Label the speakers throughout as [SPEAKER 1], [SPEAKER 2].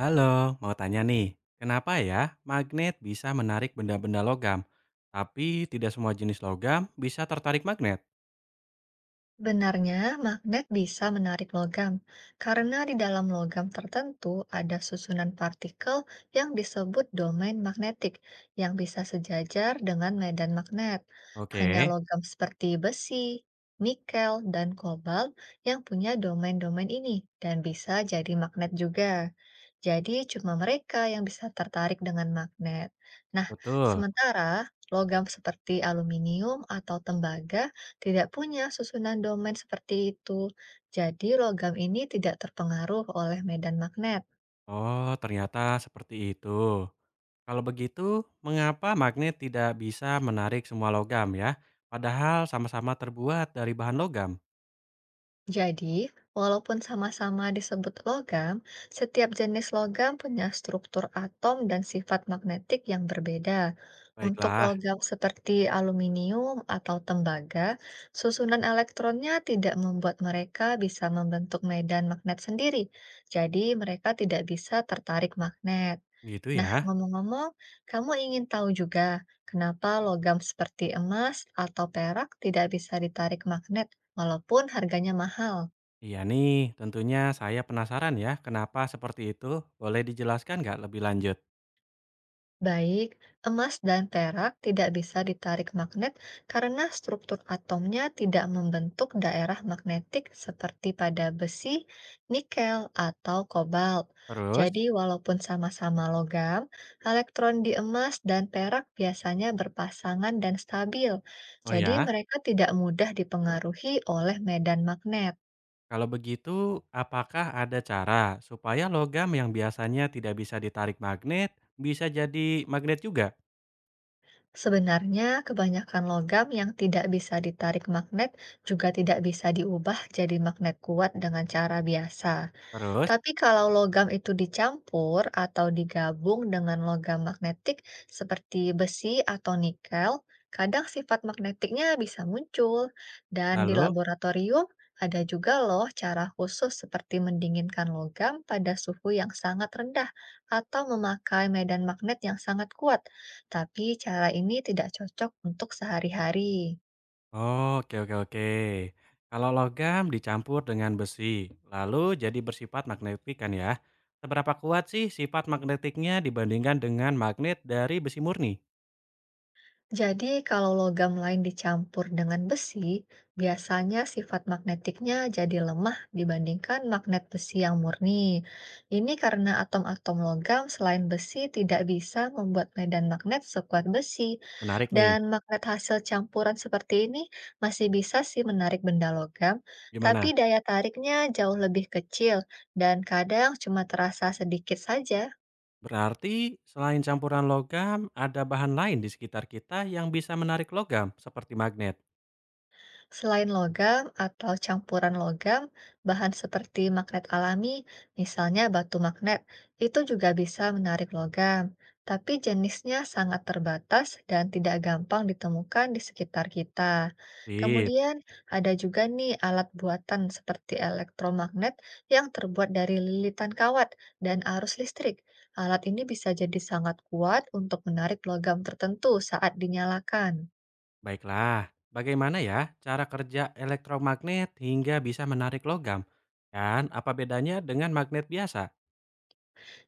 [SPEAKER 1] Halo, mau tanya nih, kenapa ya magnet bisa menarik benda-benda logam, tapi tidak semua jenis logam bisa tertarik magnet?
[SPEAKER 2] Benarnya, magnet bisa menarik logam karena di dalam logam tertentu ada susunan partikel yang disebut domain magnetik yang bisa sejajar dengan medan magnet. Hanya
[SPEAKER 1] Oke,
[SPEAKER 2] logam seperti besi, nikel, dan kobalt yang punya domain-domain ini dan bisa jadi magnet juga. Jadi, cuma mereka yang bisa tertarik dengan magnet. Nah,
[SPEAKER 1] betul.
[SPEAKER 2] sementara logam seperti aluminium atau tembaga tidak punya susunan domain seperti itu. Jadi logam ini tidak terpengaruh oleh medan magnet.
[SPEAKER 1] Oh, ternyata seperti itu. Kalau begitu, mengapa magnet tidak bisa menarik semua logam ya, padahal sama-sama terbuat dari bahan logam?
[SPEAKER 2] Jadi, walaupun sama-sama disebut logam, setiap jenis logam punya struktur atom dan sifat magnetik yang berbeda. Untuk
[SPEAKER 1] Baiklah,
[SPEAKER 2] logam seperti aluminium atau tembaga, susunan elektronnya tidak membuat mereka bisa membentuk medan magnet sendiri. Jadi, mereka tidak bisa tertarik magnet.
[SPEAKER 1] gitu
[SPEAKER 2] Nah,
[SPEAKER 1] ya.
[SPEAKER 2] ngomong-ngomong, kamu ingin tahu juga kenapa logam seperti emas atau perak tidak bisa ditarik magnet walaupun harganya mahal?
[SPEAKER 1] Iya nih, tentunya saya penasaran ya, kenapa seperti itu? Boleh dijelaskan nggak lebih lanjut?
[SPEAKER 2] Baik, emas dan perak tidak bisa ditarik magnet karena struktur atomnya tidak membentuk daerah magnetik seperti pada besi, nikel, atau kobalt.
[SPEAKER 1] Terus,
[SPEAKER 2] Jadi, walaupun sama-sama logam, elektron di emas dan perak biasanya berpasangan dan stabil.
[SPEAKER 1] oh
[SPEAKER 2] Jadi,
[SPEAKER 1] ya.
[SPEAKER 2] mereka tidak mudah dipengaruhi oleh medan magnet.
[SPEAKER 1] Kalau begitu, apakah ada cara supaya logam yang biasanya tidak bisa ditarik magnet bisa jadi magnet juga?
[SPEAKER 2] Sebenarnya, kebanyakan logam yang tidak bisa ditarik magnet juga tidak bisa diubah jadi magnet kuat dengan cara biasa.
[SPEAKER 1] Terus,
[SPEAKER 2] Tapi kalau logam itu dicampur atau digabung dengan logam magnetik seperti besi atau nikel, kadang sifat magnetiknya bisa muncul. Dan di
[SPEAKER 1] lalu,
[SPEAKER 2] laboratorium ada juga loh cara khusus seperti mendinginkan logam pada suhu yang sangat rendah atau memakai medan magnet yang sangat kuat. Tapi cara ini tidak cocok untuk sehari-hari.
[SPEAKER 1] oh, oke oke oke. Kalau logam dicampur dengan besi, lalu jadi bersifat magnetik kan ya? Seberapa kuat sih sifat magnetiknya dibandingkan dengan magnet dari besi murni?
[SPEAKER 2] Jadi, kalau logam lain dicampur dengan besi, biasanya sifat magnetiknya jadi lemah dibandingkan magnet besi yang murni. Ini karena atom-atom logam selain besi tidak bisa membuat medan magnet sekuat besi,
[SPEAKER 1] Menarik nih.
[SPEAKER 2] dan magnet hasil campuran seperti ini masih bisa sih menarik benda logam, tapi
[SPEAKER 1] Gimana?
[SPEAKER 2] daya tariknya jauh lebih kecil dan kadang cuma terasa sedikit saja.
[SPEAKER 1] Berarti selain campuran logam, ada bahan lain di sekitar kita yang bisa menarik logam seperti magnet.
[SPEAKER 2] Selain logam atau campuran logam, bahan seperti magnet alami, misalnya batu magnet, itu juga bisa menarik logam, tapi jenisnya sangat terbatas dan tidak gampang ditemukan di sekitar kita.
[SPEAKER 1] Sip.
[SPEAKER 2] Kemudian, ada juga nih alat buatan seperti elektromagnet yang terbuat dari lilitan kawat dan arus listrik. Alat ini bisa jadi sangat kuat untuk menarik logam tertentu saat dinyalakan.
[SPEAKER 1] Baiklah, bagaimana ya cara kerja elektromagnet hingga bisa menarik logam? Dan apa bedanya dengan magnet biasa?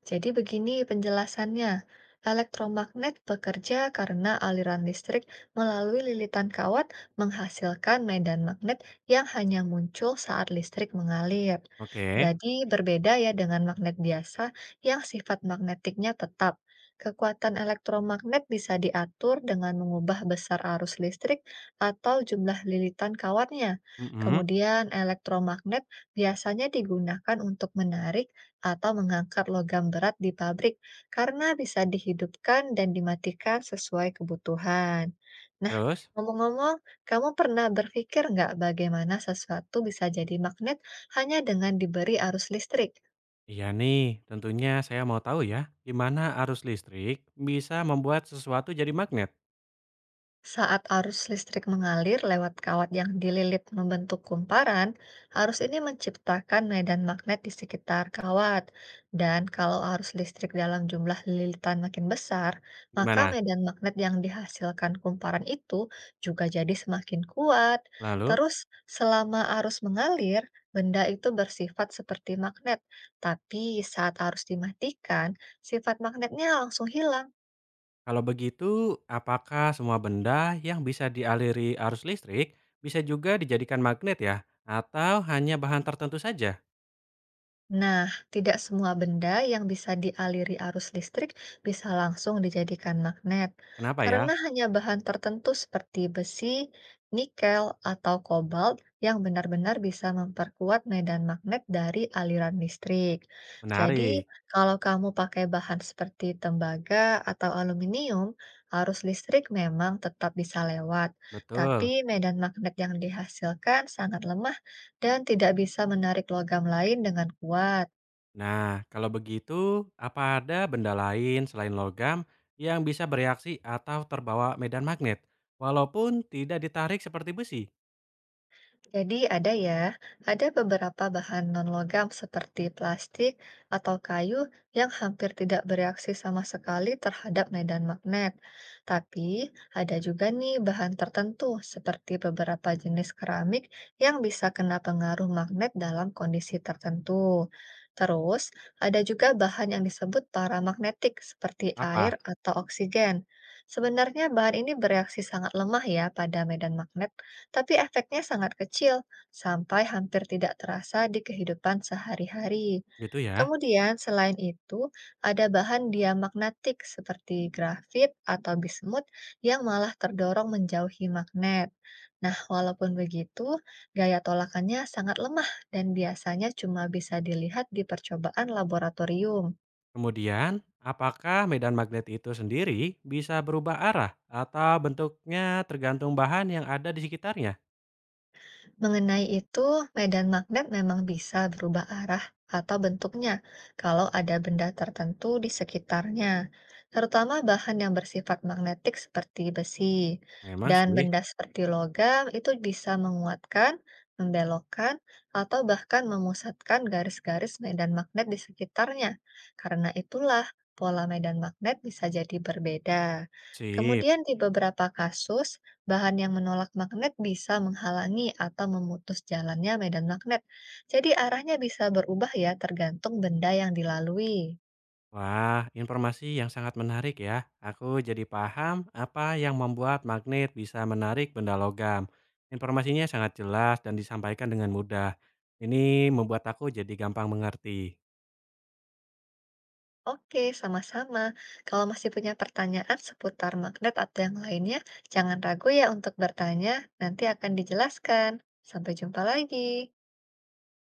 [SPEAKER 2] Jadi begini penjelasannya. Elektromagnet bekerja karena aliran listrik melalui lilitan kawat menghasilkan medan magnet yang hanya muncul saat listrik mengalir.
[SPEAKER 1] Oke,
[SPEAKER 2] Jadi berbeda ya dengan magnet biasa yang sifat magnetiknya tetap. Kekuatan elektromagnet bisa diatur dengan mengubah besar arus listrik atau jumlah lilitan kawatnya.
[SPEAKER 1] mm-mm.
[SPEAKER 2] Kemudian elektromagnet biasanya digunakan untuk menarik atau mengangkat logam berat di pabrik karena bisa dihidupkan dan dimatikan sesuai kebutuhan. Nah,
[SPEAKER 1] Terus?
[SPEAKER 2] ngomong-ngomong, kamu pernah berpikir nggak bagaimana sesuatu bisa jadi magnet hanya dengan diberi arus listrik?
[SPEAKER 1] Iya nih, tentunya saya mau tahu ya, gimana arus listrik bisa membuat sesuatu jadi magnet?
[SPEAKER 2] Saat arus listrik mengalir lewat kawat yang dililit membentuk kumparan, arus ini menciptakan medan magnet di sekitar kawat. Dan kalau arus listrik dalam jumlah lilitan makin besar, maka
[SPEAKER 1] Gimana?
[SPEAKER 2] medan magnet yang dihasilkan kumparan itu juga jadi semakin kuat.
[SPEAKER 1] Lalu,
[SPEAKER 2] Terus, selama arus mengalir, benda itu bersifat seperti magnet, tapi saat arus dimatikan, sifat magnetnya langsung hilang.
[SPEAKER 1] kalau begitu, apakah semua benda yang bisa dialiri arus listrik bisa juga dijadikan magnet ya? Atau hanya bahan tertentu saja?
[SPEAKER 2] Nah, tidak semua benda yang bisa dialiri arus listrik bisa langsung dijadikan magnet,
[SPEAKER 1] Kenapa ya?
[SPEAKER 2] karena hanya bahan tertentu seperti besi, nikel, atau kobalt yang benar-benar bisa memperkuat medan magnet dari aliran listrik. Jadi,
[SPEAKER 1] Menarik,
[SPEAKER 2] kalau kamu pakai bahan seperti tembaga atau aluminium, arus listrik memang tetap bisa lewat,
[SPEAKER 1] betul.
[SPEAKER 2] tapi medan magnet yang dihasilkan sangat lemah dan tidak bisa menarik logam lain dengan kuat.
[SPEAKER 1] Nah, kalau begitu, apa ada benda lain selain logam yang bisa bereaksi atau terbawa medan magnet, walaupun tidak ditarik seperti besi?
[SPEAKER 2] Jadi ada ya, ada beberapa bahan non-logam seperti plastik atau kayu yang hampir tidak bereaksi sama sekali terhadap medan magnet. Tapi ada juga nih bahan tertentu seperti beberapa jenis keramik yang bisa kena pengaruh magnet dalam kondisi tertentu. Terus, ada juga bahan yang disebut paramagnetik seperti
[SPEAKER 1] Apa?
[SPEAKER 2] air atau oksigen. Sebenarnya bahan ini bereaksi sangat lemah ya pada medan magnet tapi efeknya sangat kecil sampai hampir tidak terasa di kehidupan sehari-hari.
[SPEAKER 1] Gitu ya.
[SPEAKER 2] Kemudian, selain itu, ada bahan diamagnetik seperti grafit atau bismut yang malah terdorong menjauhi magnet. Nah, walaupun begitu, gaya tolakannya sangat lemah dan biasanya cuma bisa dilihat di percobaan laboratorium.
[SPEAKER 1] Kemudian, apakah medan magnet itu sendiri bisa berubah arah atau bentuknya tergantung bahan yang ada di sekitarnya?
[SPEAKER 2] Mengenai itu, medan magnet memang bisa berubah arah atau bentuknya kalau ada benda tertentu di sekitarnya, terutama bahan yang bersifat magnetik seperti besi.
[SPEAKER 1] Memang
[SPEAKER 2] Dan
[SPEAKER 1] sih.
[SPEAKER 2] benda seperti logam itu bisa menguatkan, membelokkan, atau bahkan memusatkan garis-garis medan magnet di sekitarnya. Karena itulah pola medan magnet bisa jadi berbeda.
[SPEAKER 1] Sip.
[SPEAKER 2] Kemudian di beberapa kasus, bahan yang menolak magnet bisa menghalangi atau memutus jalannya medan magnet. Jadi arahnya bisa berubah ya tergantung benda yang dilalui.
[SPEAKER 1] Wah, informasi yang sangat menarik ya. Aku jadi paham apa yang membuat magnet bisa menarik benda logam. Informasinya sangat jelas dan disampaikan dengan mudah. Ini membuat aku jadi gampang mengerti.
[SPEAKER 2] Oke, sama-sama. Kalau masih punya pertanyaan seputar magnet atau yang lainnya, jangan ragu ya untuk bertanya, nanti akan dijelaskan. Sampai jumpa lagi.